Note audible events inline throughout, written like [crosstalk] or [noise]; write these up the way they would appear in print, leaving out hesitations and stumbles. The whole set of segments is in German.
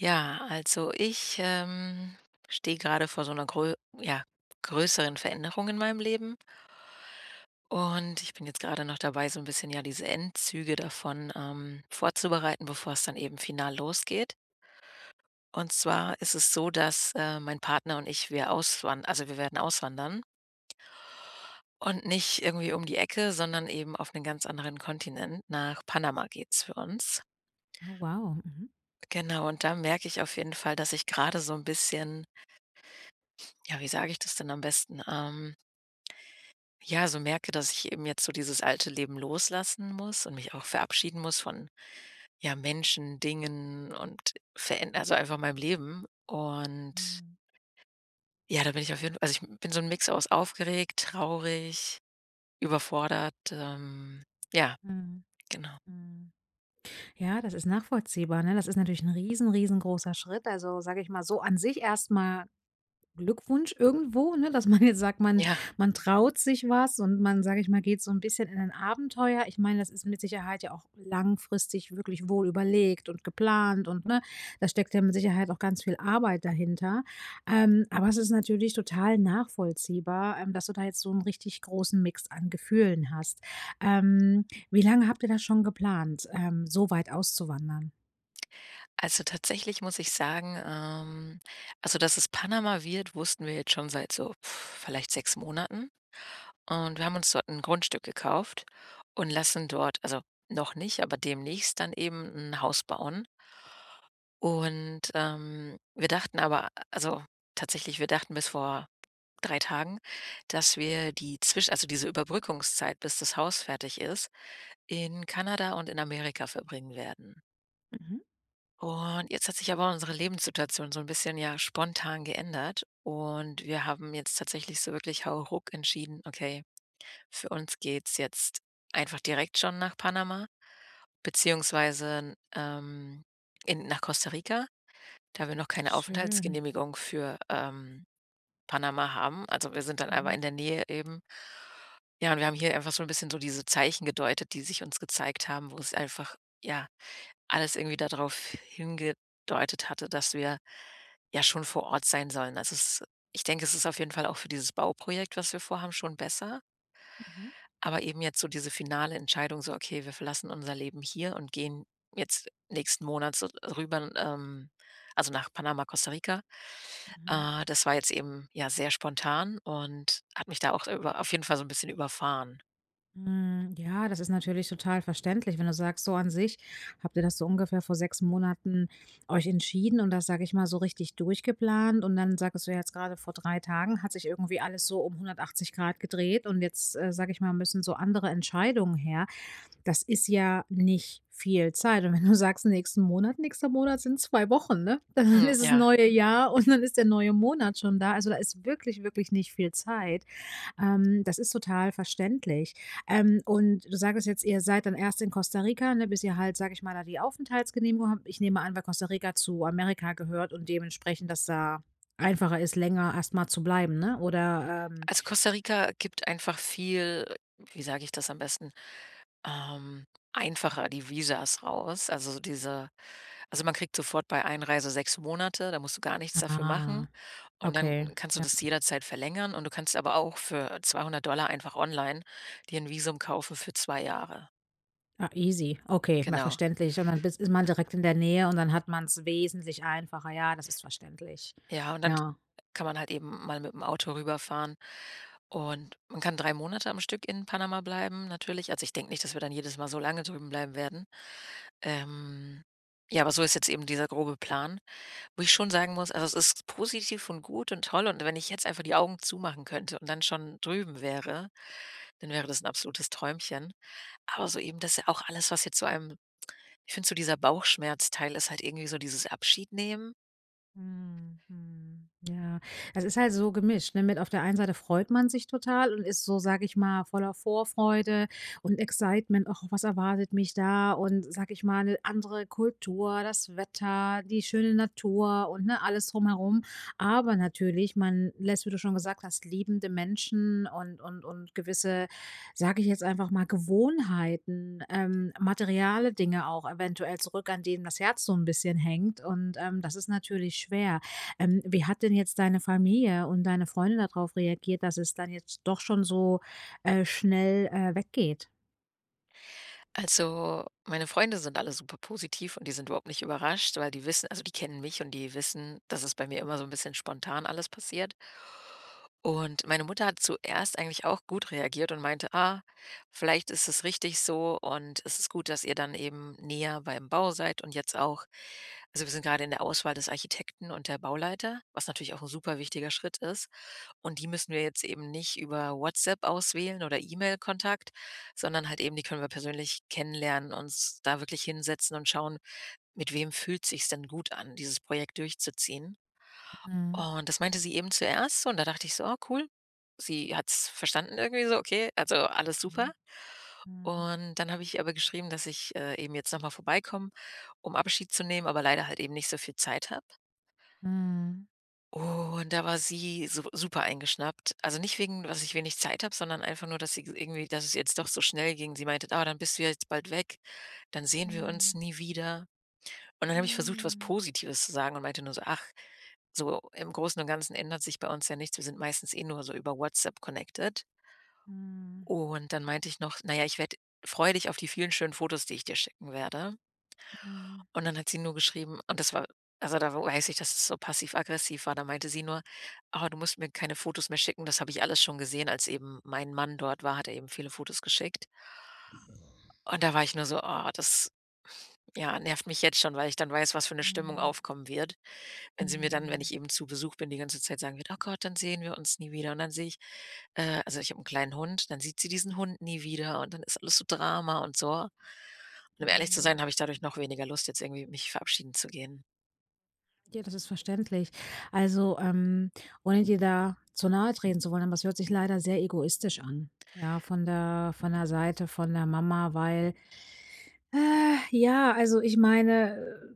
Ja, also ich, stehe gerade vor so einer größeren Veränderung in meinem Leben, und ich bin jetzt gerade noch dabei, so ein bisschen, ja, diese Endzüge davon vorzubereiten, bevor es dann eben final losgeht. Und zwar ist es so, dass, mein Partner und ich, wir werden auswandern, und nicht irgendwie um die Ecke, sondern eben auf einen ganz anderen Kontinent. Nach Panama geht's für uns. Oh wow. Mhm. Genau, und da merke ich auf jeden Fall, dass ich gerade so ein bisschen, ja, wie sage ich das denn am besten? Ja, so merke, dass ich eben jetzt so dieses alte Leben loslassen muss und mich auch verabschieden muss von, ja, Menschen, Dingen und einfach meinem Leben. Und Mhm. ja, da bin ich auf jeden Fall, also, ich bin so ein Mix aus aufgeregt, traurig, überfordert, ja, Mhm. genau. Mhm. Ja, das ist nachvollziehbar, ne? Das ist natürlich ein riesen riesengroßer Schritt. Also, sage ich mal, so an sich erstmal. Glückwunsch irgendwo, ne, dass man jetzt sagt, man Ja, man traut sich was und man, sage ich mal, geht so ein bisschen in ein Abenteuer. Ich meine, das ist mit Sicherheit ja auch langfristig wirklich wohl überlegt und geplant und, ne, da steckt ja mit Sicherheit auch ganz viel Arbeit dahinter. Aber es ist natürlich total nachvollziehbar, dass du da jetzt so einen richtig großen Mix an Gefühlen hast. Wie lange habt ihr das schon geplant, so weit auszuwandern? also, tatsächlich muss ich sagen, also, dass es Panama wird, wussten wir jetzt schon seit so vielleicht 6 Monaten. Und wir haben uns dort ein Grundstück gekauft und lassen dort, also, noch nicht, aber demnächst dann eben ein Haus bauen. Und, wir dachten aber, also, tatsächlich, wir dachten bis vor 3 Tagen, dass wir diese Überbrückungszeit, bis das Haus fertig ist, in Kanada und in Amerika verbringen werden. Mhm. Und jetzt hat sich aber unsere Lebenssituation so ein bisschen, ja, spontan geändert, und wir haben jetzt tatsächlich so wirklich hauruck entschieden: „Okay, für uns geht's jetzt einfach direkt schon nach Panama“, beziehungsweise, in nach Costa Rica, da wir noch keine Schön. Aufenthaltsgenehmigung für, Panama haben. Also, wir sind dann aber Mhm, in der Nähe eben. Ja, und wir haben hier einfach so ein bisschen so diese Zeichen gedeutet, die sich uns gezeigt haben, wo es einfach, ja, alles irgendwie darauf hingedeutet hatte, dass wir ja schon vor Ort sein sollen. Also, es ich denke, es ist auf jeden Fall auch für dieses Bauprojekt, was wir vorhaben, schon besser. mhm, Aber eben jetzt so diese finale Entscheidung, so: „Okay, wir verlassen unser Leben hier und gehen jetzt nächsten Monat so rüber, also, nach Panama, Costa Rica.“ mhm. Das war jetzt eben, ja, sehr spontan und hat mich da auch über auf jeden Fall so ein bisschen überfahren. Hm, ja, das ist natürlich total verständlich, wenn du sagst, so an sich habt ihr das so ungefähr vor 6 Monaten euch entschieden und das, sage ich mal, so richtig durchgeplant und dann sagtest du ja jetzt gerade vor 3 Tagen hat sich irgendwie alles so um 180 Grad gedreht und jetzt, sage ich mal, müssen so andere Entscheidungen her. Das ist ja nicht viel Zeit und wenn du sagst, nächsten Monat, nächster Monat sind 2 Wochen, ne? [laughs] Dann Hm, ist das ja. neue Jahr und dann ist der neue Monat schon da. Also, da ist wirklich, wirklich nicht viel Zeit. Das ist total verständlich. Und du sagtest jetzt, ihr seid dann erst in Costa Rica, ne, bis ihr halt, sag ich mal, da die Aufenthaltsgenehmigung habt. Ich nehme an, weil Costa Rica zu Amerika gehört und dementsprechend das da einfacher ist, länger erstmal zu bleiben, ne? Oder, Also, Costa Rica gibt einfach viel, wie sage ich das am besten, ähm, einfacher die Visas raus. Also, man kriegt sofort bei Einreise 6 Monate, da musst du gar nichts dafür machen. ah, Und dann okay, kannst du ja. das jederzeit verlängern, und du kannst aber auch für 200 einfach online dir ein Visum kaufen für 2 Jahre. Ah, easy. Okay, ja, Genau. verständlich. Und dann bis ist man direkt in der Nähe und dann hat man es wesentlich einfacher. Ja, das ist verständlich. Ja, und dann Ja. kann man halt eben mal mit dem Auto rüberfahren, und man kann 3 Monate am Stück in Panama bleiben natürlich. Also, ich denke nicht, dass wir dann jedes Mal so lange drüben bleiben werden. Ähm, ja, aber so ist jetzt eben dieser grobe Plan, wo ich schon sagen muss, also, es ist positiv und gut und toll, und wenn ich jetzt einfach die Augen zumachen könnte und dann schon drüben wäre, dann wäre das ein absolutes Träumchen. Aber so eben, dass ja auch alles, was jetzt so einem ich finde so dieser Bauchschmerzteil ist, halt irgendwie so dieses Abschiednehmen. Mhm, mhm. Ja, es ist halt so gemischt, ne, mit auf der einen Seite freut man sich total und ist so, sage ich mal, voller Vorfreude und Excitement. „Och, was erwartet mich da?“ Und, sage ich mal, eine andere Kultur, das Wetter, die schöne Natur und, ne, alles drumherum. Aber natürlich, man lässt, wie du schon gesagt hast, liebende Menschen und gewisse, sage ich jetzt einfach mal, Gewohnheiten, materiale Dinge auch eventuell zurück, an denen das Herz so ein bisschen hängt und, das ist natürlich schwer. Wie hat denn jetzt deine Familie und deine Freunde darauf reagiert, dass es dann jetzt doch schon so, schnell, weggeht? Also, meine Freunde sind alle super positiv, und die sind überhaupt nicht überrascht, weil die kennen mich, und die wissen, dass es bei mir immer so ein bisschen spontan alles passiert. Und meine Mutter hat zuerst eigentlich auch gut reagiert und meinte: „Ah, vielleicht ist es richtig so, und es ist gut, dass ihr dann eben näher beim Bau seid und jetzt auch.“ Also, wir sind gerade in der Auswahl des Architekten und der Bauleiter, was natürlich auch ein super wichtiger Schritt ist. Und die müssen wir jetzt eben nicht über WhatsApp auswählen oder E-Mail-Kontakt, sondern halt eben, die können wir persönlich kennenlernen, uns da wirklich hinsetzen und schauen, mit wem fühlt sich's denn gut an, dieses Projekt durchzuziehen. Mhm. Und das meinte sie eben zuerst so, und da dachte ich so: „Oh, cool.“ Sie hat es verstanden, irgendwie so, okay, also alles super. Mhm. Und dann habe ich ihr aber geschrieben, dass ich, eben jetzt noch mal vorbeikomme, um Abschied zu nehmen, aber leider halt eben nicht so viel Zeit habe. Mhm. Und da war sie su super eingeschnappt. Also nicht wegen, dass ich wenig Zeit habe, sondern einfach nur, dass sie irgendwie dass es jetzt doch so schnell ging. Sie meinte: „Ah, dann bist du ja jetzt bald weg, dann sehen wir uns nie wieder.“ Und dann habe ich versucht, was Mhm. Positives zu sagen, und meinte nur so: „Ach, so im Großen und Ganzen ändert sich bei uns ja nichts. Wir sind meistens eh nur so über WhatsApp connected.“ Mhm. Und dann meinte ich noch: „Na ja, ich werde freue dich auf die vielen schönen Fotos, die ich dir schicken werde.“ Mhm. Mhm. Und dann hat sie nur geschrieben, und das war also, da weiß ich, dass es so passiv-aggressiv war. Da meinte sie nur: „Ah, du musst mir keine Fotos mehr schicken. Das habe ich alles schon gesehen.“ Als eben mein Mann dort war, hat er eben viele Fotos geschickt. Und da war ich nur so: „Oh, das, ja, nervt mich jetzt schon, weil ich dann weiß, was für eine Stimmung aufkommen wird.“ Mhm. Wenn sie mir dann, wenn Mhm. ich eben zu Besuch bin, die ganze Zeit sagen wird: „Oh Gott, dann sehen wir uns nie wieder.“ Und dann sehe ich, also, ich habe 'n kleinen Hund, dann sieht sie diesen Hund nie wieder, und dann ist alles so Drama und so. Und um Mhm. ehrlich zu sein, Mhm. habe ich dadurch noch weniger Lust, jetzt irgendwie mich verabschieden zu gehen. Ja, das ist verständlich. Also, ohne dir da zu nahe treten zu wollen, aber es hört sich leider sehr egoistisch an. Ja, von von der Seite von der Mama, weil ja, also ich meine,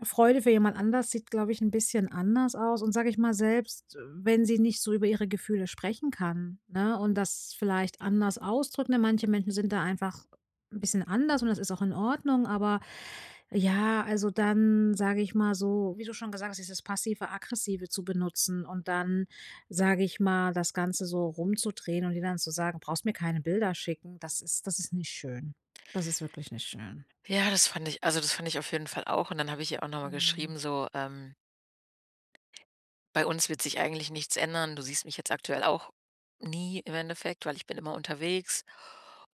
Freude für jemand anders sieht, glaube ich, ein bisschen anders aus und sage ich mal, selbst wenn sie nicht so über ihre Gefühle sprechen kann, ne, und das vielleicht anders ausdrückt, ne? Manche Menschen sind da einfach ein bisschen anders und das ist auch in Ordnung, aber ja, also dann, sage ich mal so, wie du schon gesagt hast, dieses Passive-Aggressive zu benutzen und dann, sage ich mal, das Ganze so rumzudrehen und ihr dann zu sagen: „Brauchst mir keine Bilder schicken.“ Das ist nicht schön. Das ist wirklich nicht schön. Ja, das fand ich auf jeden Fall auch. Und dann habe ich ihr auch noch mal Mhm, geschrieben, so, bei uns wird sich eigentlich nichts ändern. Du siehst mich jetzt aktuell auch nie im Endeffekt, weil ich bin immer unterwegs,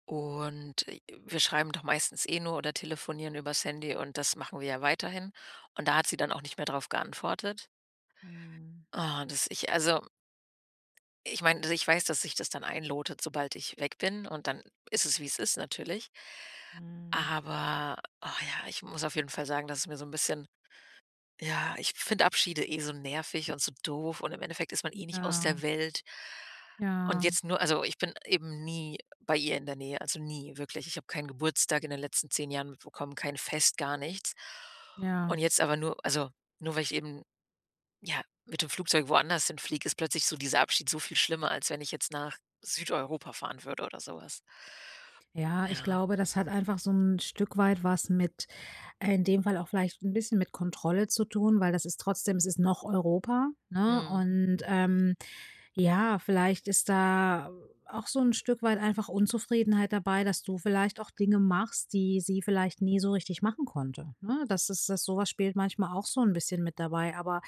und, wir schreiben doch meistens eh nur oder telefonieren übers Handy, und das machen wir ja weiterhin. Und da hat sie dann auch nicht mehr drauf geantwortet. mhm, Ah, ich meine, also, ich weiß, dass sich das dann einlotet, sobald ich weg bin, und dann ist es, wie es ist, natürlich. mhm. Aber, ah, ja, ich muss auf jeden Fall sagen, dass es mir so ein bisschen, ja, ich finde Abschiede eh so nervig und so doof, und im Endeffekt ist man eh nicht aus der Ja, Welt. Und ja, jetzt nur, also, ich bin eben nie bei ihr in der Nähe, also nie, wirklich. Ich habe keinen Geburtstag in den letzten 10 Jahren mitbekommen, kein Fest, gar nichts. Und ja. jetzt aber nur, also, nur weil ich eben, ja, mit dem Flugzeug woanders hinfliege, ist plötzlich so dieser Abschied so viel schlimmer, als wenn ich jetzt nach Südeuropa fahren würde oder sowas. Ja, ich Ja. glaube, das hat einfach so ein Stück weit was mit in dem Fall auch vielleicht ein bisschen mit Kontrolle zu tun, weil das ist trotzdem es ist noch Europa, ne? Mhm. Und, ja, vielleicht ist da auch so ein Stück weit einfach Unzufriedenheit dabei, dass du vielleicht auch Dinge machst, die sie vielleicht nie so richtig machen konnte, ne? Das ist das so was spielt manchmal auch so ein bisschen mit dabei, aber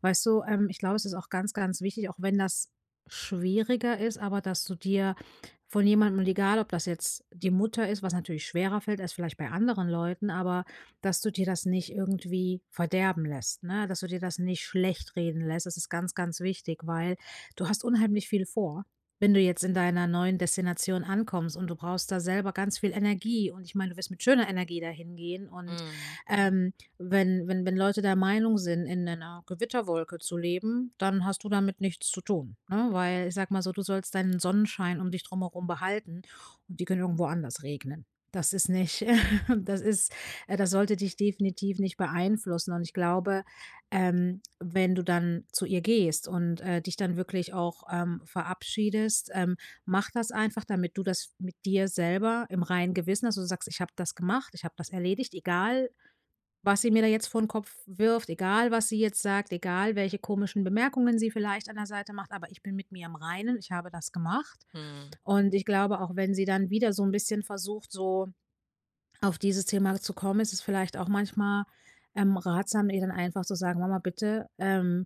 weißt du, ich glaube, es ist auch ganz, ganz wichtig, auch wenn das schwieriger ist, aber dass du dir von jemandem, und egal ob das jetzt die Mutter ist, was natürlich schwerer fällt als vielleicht bei anderen Leuten, aber dass du dir das nicht irgendwie verderben lässt, ne? Dass du dir das nicht schlecht reden lässt. Das ist ganz, ganz wichtig, weil du hast unheimlich viel vor. Wenn du jetzt in deiner neuen Destination ankommst und du brauchst da selber ganz viel Energie und ich meine, du wirst mit schöner Energie dahin gehen und Mhm. ähm, wenn wenn Leute der Meinung sind, in einer Gewitterwolke zu leben, dann hast du damit nichts zu tun, ne? Weil ich sag mal so, du sollst deinen Sonnenschein um dich drumherum behalten und die können irgendwo anders regnen. Das ist nicht [laughs] das ist das sollte dich definitiv nicht beeinflussen. Und ich glaube, wenn du dann zu ihr gehst und, dich dann wirklich auch, verabschiedest, mach das einfach, damit du das mit dir selber im reinen Gewissen hast, dass du sagst: „Ich habe das gemacht, ich habe das erledigt, egal, was sie mir da jetzt vor den Kopf wirft, egal was sie jetzt sagt, egal welche komischen Bemerkungen sie vielleicht an der Seite macht, aber ich bin mit mir im Reinen, ich habe das gemacht. Mhm. Und ich glaube, auch wenn sie dann wieder so ein bisschen versucht, so auf dieses Thema zu kommen, ist es vielleicht auch manchmal, ratsam, ihr dann einfach zu sagen: „Mama, bitte,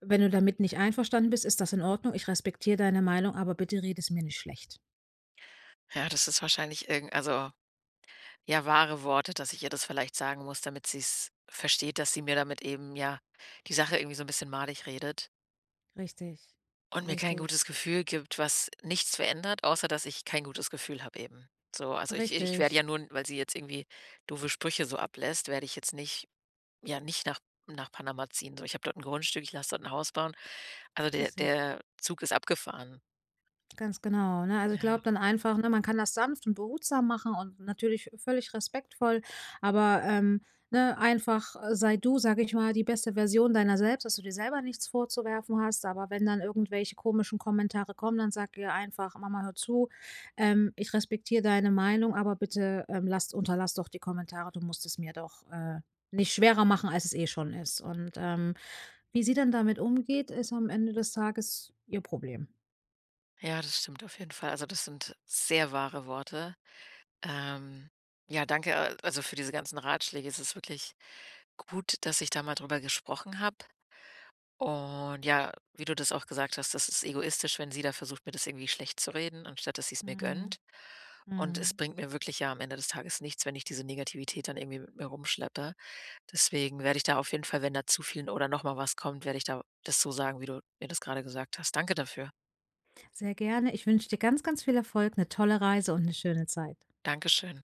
wenn du damit nicht einverstanden bist, ist das in Ordnung. Ich respektiere deine Meinung, aber bitte rede es mir nicht schlecht.“ Ja, das ist wahrscheinlich irgend also ja, wahre Worte, dass ich ihr das vielleicht sagen muss, damit sie es versteht, dass sie mir damit eben, ja, die Sache irgendwie so ein bisschen madig redet Richtig, und mir kein richtig, gutes Gefühl gibt, was nichts verändert, außer dass ich kein gutes Gefühl habe eben. So, also, ich werde, ja, richtig, nur weil sie jetzt irgendwie doofe Sprüche so ablässt, werde ich jetzt nicht nach Panama ziehen. So, ich habe dort ein Grundstück, ich lasse dort ein Haus bauen. Also, der richtig. der Zug ist abgefahren. Ganz genau, ne? Also, ich Ja. glaube dann einfach, ne, man kann das sanft und behutsam machen und natürlich völlig respektvoll, aber, ne, einfach sei du, sag ich mal, die beste Version deiner selbst, dass du dir selber nichts vorzuwerfen hast. Aber wenn dann irgendwelche komischen Kommentare kommen, dann sag ihr einfach: „Mama, hör zu, ich respektiere deine Meinung, aber bitte, lass unterlass doch die Kommentare. Du musst es mir doch, nicht schwerer machen, als es eh schon ist.“ Und, wie sie dann damit umgeht, ist am Ende des Tages ihr Problem. Ja, das stimmt auf jeden Fall. Also, das sind sehr wahre Worte. Ähm, ja, danke, also, für diese ganzen Ratschläge. Es ist wirklich gut, dass ich da mal drüber gesprochen habe. Und ja, wie du das auch gesagt hast, das ist egoistisch, wenn sie da versucht, mir das irgendwie schlecht zu reden, anstatt dass sie es mir Mhm. gönnt. Und es Mhm. bringt mir wirklich, ja, am Ende des Tages nichts, wenn ich diese Negativität dann irgendwie mit mir rumschleppe. Deswegen werde ich da auf jeden Fall, wenn da zu viel oder nochmal was kommt, werde ich da das so sagen, wie du mir das gerade gesagt hast. Danke dafür. Sehr gerne. Ich wünsche dir ganz, ganz viel Erfolg, eine tolle Reise und eine schöne Zeit. Dankeschön.